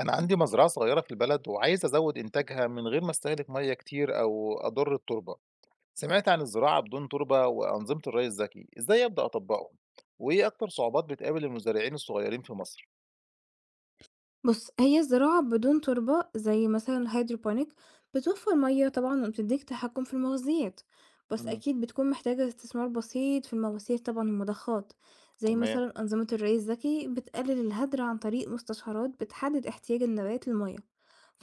أنا عندي مزرعة صغيرة في البلد وعايز أزود إنتاجها من غير ما أستهلك مية كتير أو أضر التربة، سمعت عن الزراعة بدون تربة وأنظمة الري الذكي، إزاي أبدأ أطبقهم؟ وإيه أكتر صعوبات بتقابل المزارعين الصغيرين في مصر؟ بُص، هي الزراعة بدون تربة زي مثلًا الهيدروبونيك بتوفّر مَيّة طبعًا وبتدّيك تحكُّم في المغذيات، بس امم أكيد بتكون محتاجة استثمار بسيط في المواسير طبعًا والمضخات، زي تمام، مثلًا أنظمة الري الذكي بتقلل الهدر عن طريق مستشعرات بتحدد احتياج النبات للمَيّة،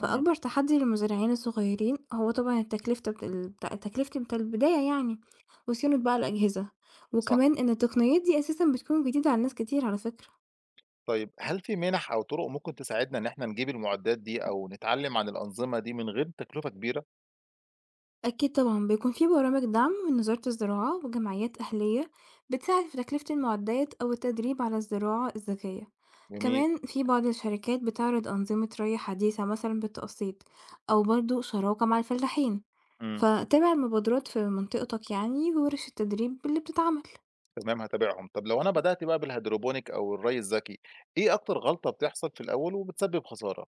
امم تحدي للمزارعين الصغيرين هو طبعًا التكلفة بتاع البداية يعني، وصيانة بقى الأجهزة، صح، وكمان إن التقنيات دي أساسًا بتكون جديدة على ناس كتير على فكرة. طيب هل في منح أو طرق ممكن تساعدنا إن إحنا نجيب المعدات دي أو نتعلم عن الأنظمة دي من غير تكلفة كبيرة؟ أكيد طبعًا، بيكون في برامج دعم من وزارة الزراعة وجمعيات أهلية بتساعد في تكلفة المعدات أو التدريب على الزراعة الذكية، جميل، كمان في بعض الشركات بتعرض أنظمة ري حديثة مثلًا بالتقسيط أو برضه شراكة مع الفلاحين، امم فتابع المبادرات في منطقتك يعني وورش التدريب اللي بتتعمل. تمام هتابعهم، طب لو أنا بدأت بقى بالهيدروبونيك أو الري الذكي، إيه أكتر غلطة بتحصل في الأول وبتسبب خسارة؟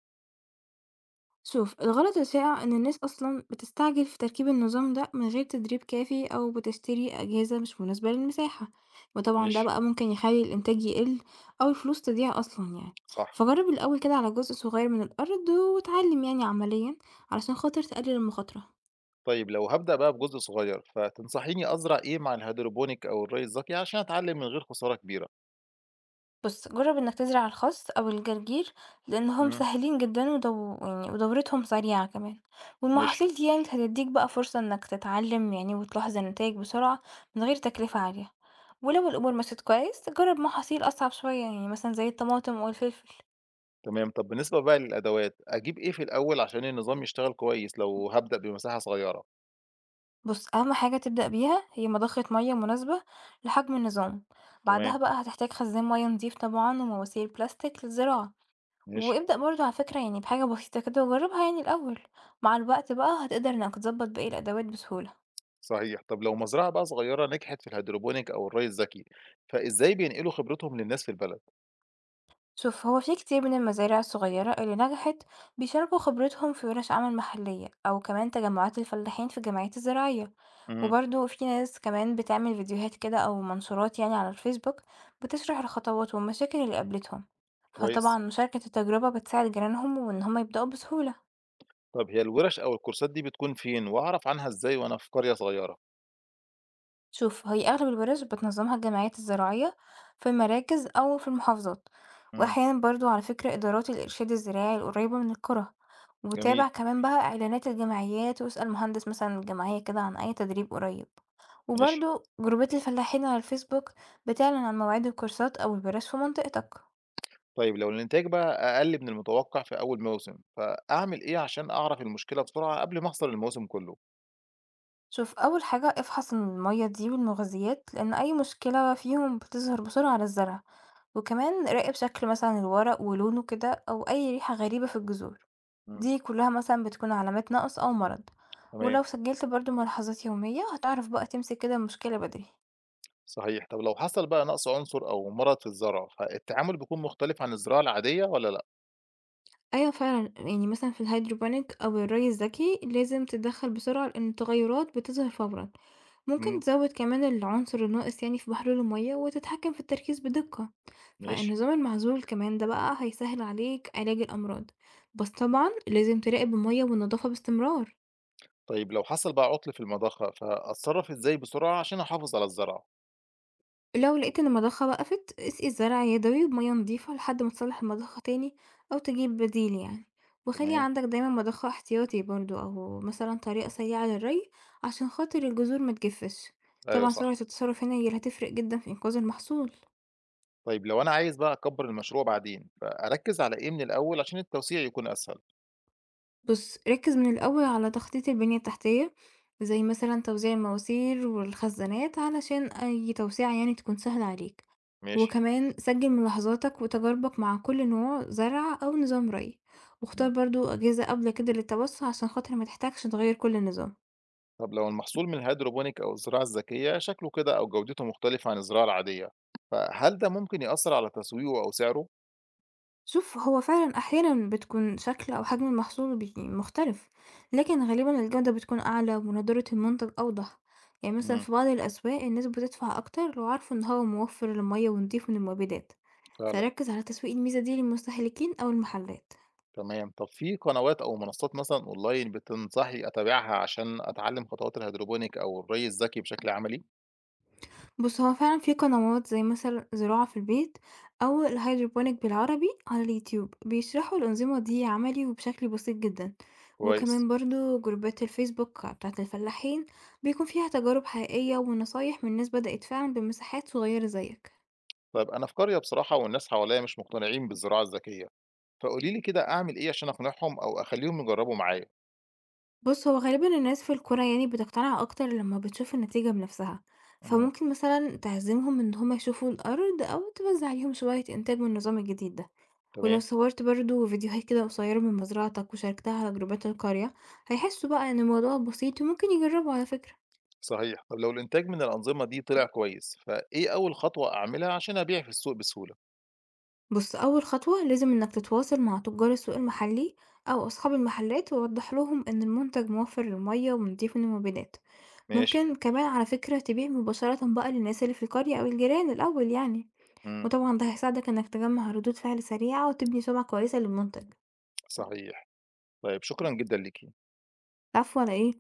شوف الغلط الشائع إن الناس أصلا بتستعجل في تركيب النظام ده من غير تدريب كافي أو بتشتري أجهزة مش مناسبة للمساحة، وطبعا ده ماشي، بقى ممكن يخلي الإنتاج يقل أو الفلوس تضيع أصلا يعني. صح. فجرب الأول كده على جزء صغير من الأرض واتعلم يعني عمليا علشان خاطر تقلل المخاطرة. طيب لو هابدأ بقى بجزء صغير، فتنصحيني أزرع إيه مع الهيدروبونيك أو الري الذكي عشان أتعلم من غير خسارة كبيرة؟ بُص، جرّب إنك تزرع الخس أو الجرجير لإنهم مم. مسهّلين جدًا ودورتهم سريعة كمان، ماشي، والمحاصيل دي يعني هتدّيك بقى فرصة إنك تتعلم يعني وتلاحظ النتايج بسرعة من غير تكلفة عالية، ولو الأمور مشيت كويس جرّب محاصيل أصعب شوية يعني مثلًا زي الطماطم أو الفلفل. تمام، طب بالنسبة بقى للأدوات، أجيب إيه في الأول عشان النظام يشتغل كويس لو هابدأ بمساحة صغيرة؟ بُص، أهم حاجة تبدأ بيها هي مضخة مَيّة مناسبة لحجم النظام، بعدها تمام، بقى هتحتاج خزان مَيّة نضيف طبعًا ومواسير بلاستيك للزراعة. ماشي، وابدأ برضه على فكرة يعني بحاجة بسيطة كده وجربها يعني الأول، مع الوقت بقى هتقدر انك تظبط باقي الأدوات بسهولة. صحيح، طب لو مزرعة بقى صغيرة نجحت في الهيدروبونيك أو الري الذكي، فإزاي بينقلوا خبرتهم للناس في البلد؟ شوف، هو في كتير من المزارع الصغيرة اللي نجحت بيشاركوا خبرتهم في ورش عمل محلية أو كمان تجمعات الفلاحين في الجمعيات الزراعية، مم. وبرضه في ناس كمان بتعمل فيديوهات كده أو منشورات يعني على الفيسبوك بتشرح الخطوات والمشاكل اللي قابلتهم، فطبعا كويس، مشاركة التجربة بتساعد جيرانهم وإن هما يبدأوا بسهولة. طب هي الورش أو الكورسات دي بتكون فين؟ وأعرف عنها إزاي وأنا في قرية صغيرة؟ شوف، هي أغلب الورش بتنظمها الجمعيات الزراعية في المراكز أو في المحافظات، مم. وأحيانا برضو على فكرة إدارات الإرشاد الزراعي القريبة من القرى، جميل، وتابع كمان بقى إعلانات الجمعيات واسأل مهندس مثلا الجمعية كده عن أي تدريب قريب، ماشي. وبرضو جروبات الفلاحين على الفيسبوك بتعلن عن مواعيد الكورسات أو الورش في منطقتك. طيب لو الإنتاج بقى أقل من المتوقع في أول موسم، فأعمل إيه عشان أعرف المشكلة بسرعة قبل ما أخسر الموسم كله؟ شوف، أول حاجة افحص المية دي والمغذيات لأن أي مشكلة فيهم بتظهر بسرعة على الزرع، وكمان راقب شكل مثلا الورق ولونه كده أو أي ريحة غريبة في الجذور، مم. دي كلها مثلا بتكون علامات نقص أو مرض، تمام، ولو سجلت برضو ملاحظات يومية هتعرف بقى تمسك كده المشكلة بدري. صحيح، طب لو حصل بقى نقص عنصر أو مرض في الزرع، فالتعامل بيكون مختلف عن الزراعة العادية ولا لأ؟ أيوة فعلا، يعني مثلا في الهيدروبونيك أو الري الذكي لازم تتدخل بسرعة لأن التغيرات بتظهر فورا، ممكن مم. تزود كمان العنصر الناقص يعني في بحر المية وتتحكم في التركيز بدقة. ماشي، فالنظام المعزول كمان ده بقى هيسهل عليك علاج الأمراض، بس طبعا لازم تراقب المية والنظافة باستمرار. طيب لو حصل بقى عطل في المضخة، فأتصرف إزاي بسرعة عشان أحافظ على الزرع؟ لو لقيت ان المضخة وقفت اسقي الزرع يدوي بمية نظيفة لحد ما تصلح المضخة تاني أو تجيب بديل يعني، وخلي تمام، عندك دايما مضخة احتياطي برضو أو مثلا طريقة سريعة للري عشان خاطر الجذور متجفش. أيوه طبعا سرعة صح، التصرف هنا هي اللي هتفرق جدا في إنقاذ المحصول. طيب لو أنا عايز بقى أكبر المشروع بعدين، فأركز على إيه من الأول عشان التوسيع يكون أسهل؟ بُص، ركّز من الأول على تخطيط البنية التحتية، زي مثلًا توزيع المواسير والخزانات علشان أي توسعة يعني تكون سهلة عليك، ماشي. وكمان سجّل ملاحظاتك وتجاربك مع كل نوع زرع أو نظام ري، واختار مم. برضه أجهزة قابلة كده للتوسع عشان خاطر ما تحتاجش تغيّر كل النظام. طب لو المحصول من الهيدروبونيك أو الزراعة الذكية شكله كده أو جودته مختلفة عن الزراعة العادية فهل ده ممكن يأثر على تسويقه أو سعره؟ شوف، هو فعلًا أحيانًا بتكون شكل أو حجم المحصول مختلف، لكن غالبًا الجودة بتكون أعلى ونضارة المنتج أوضح، يعني مثلًا امم في بعض الأسواق الناس بتدفع أكتر لو عارفوا إن هو موفر للمية ونضيف من المبيدات، فعلا، فركز على تسويق الميزة دي للمستهلكين أو المحلات. تمام. طب في قنوات أو منصات مثلا أونلاين بتنصحي أتابعها عشان أتعلم خطوات الهيدروبونيك أو الري الذكي بشكل عملي؟ بُص، هو فعلًا في قنوات زي مثلًا زراعة في البيت أو الhydroponic بالعربي على اليوتيوب، بيشرحوا الأنظمة دي عملي وبشكل بسيط جدًا، كويس. وكمان برضه جروبات الفيسبوك بتاعة الفلاحين بيكون فيها تجارب حقيقية ونصايح من ناس بدأت فعلًا بمساحات صغيرة زيك. طيب أنا في قرية بصراحة والناس حواليا مش مقتنعين بالزراعة الذكية فقولي لي كده أعمل إيه عشان أقنعهم أو أخليهم يجربوا معايا. بُص، هو غالبًا الناس في القرى يعني بتقتنع أكتر لما بتشوف النتيجة بنفسها، امم فممكن مثلًا تعزمهم إن هما يشوفوا الأرض أو توزع عليهم شوية إنتاج من النظام الجديد ده. ولو تمام. صورت برضه فيديوهات كده قصيرة من مزرعتك وشاركتها على جروبات القرية هيحسوا بقى إن الموضوع بسيط وممكن يجربوا على فكرة. صحيح. طب لو الإنتاج من الأنظمة دي طلع كويس، فإيه أول خطوة أعملها عشان أبيع في السوق بسهولة؟ بص، أول خطوة لازم إنك تتواصل مع تجار السوق المحلي أو أصحاب المحلات ووضح لهم إن المنتج موفر للمية ونضيف للمبيدات، ماشي. ممكن كمان على فكرة تبيع مباشرة بقى للناس اللي في القرية أو الجيران الأول يعني، إمم. وطبعا ده هيساعدك إنك تجمع ردود فعل سريعة وتبني سمعة كويسة للمنتج. صحيح. طيب شكرًا جدًا ليكِ. العفو على إيه؟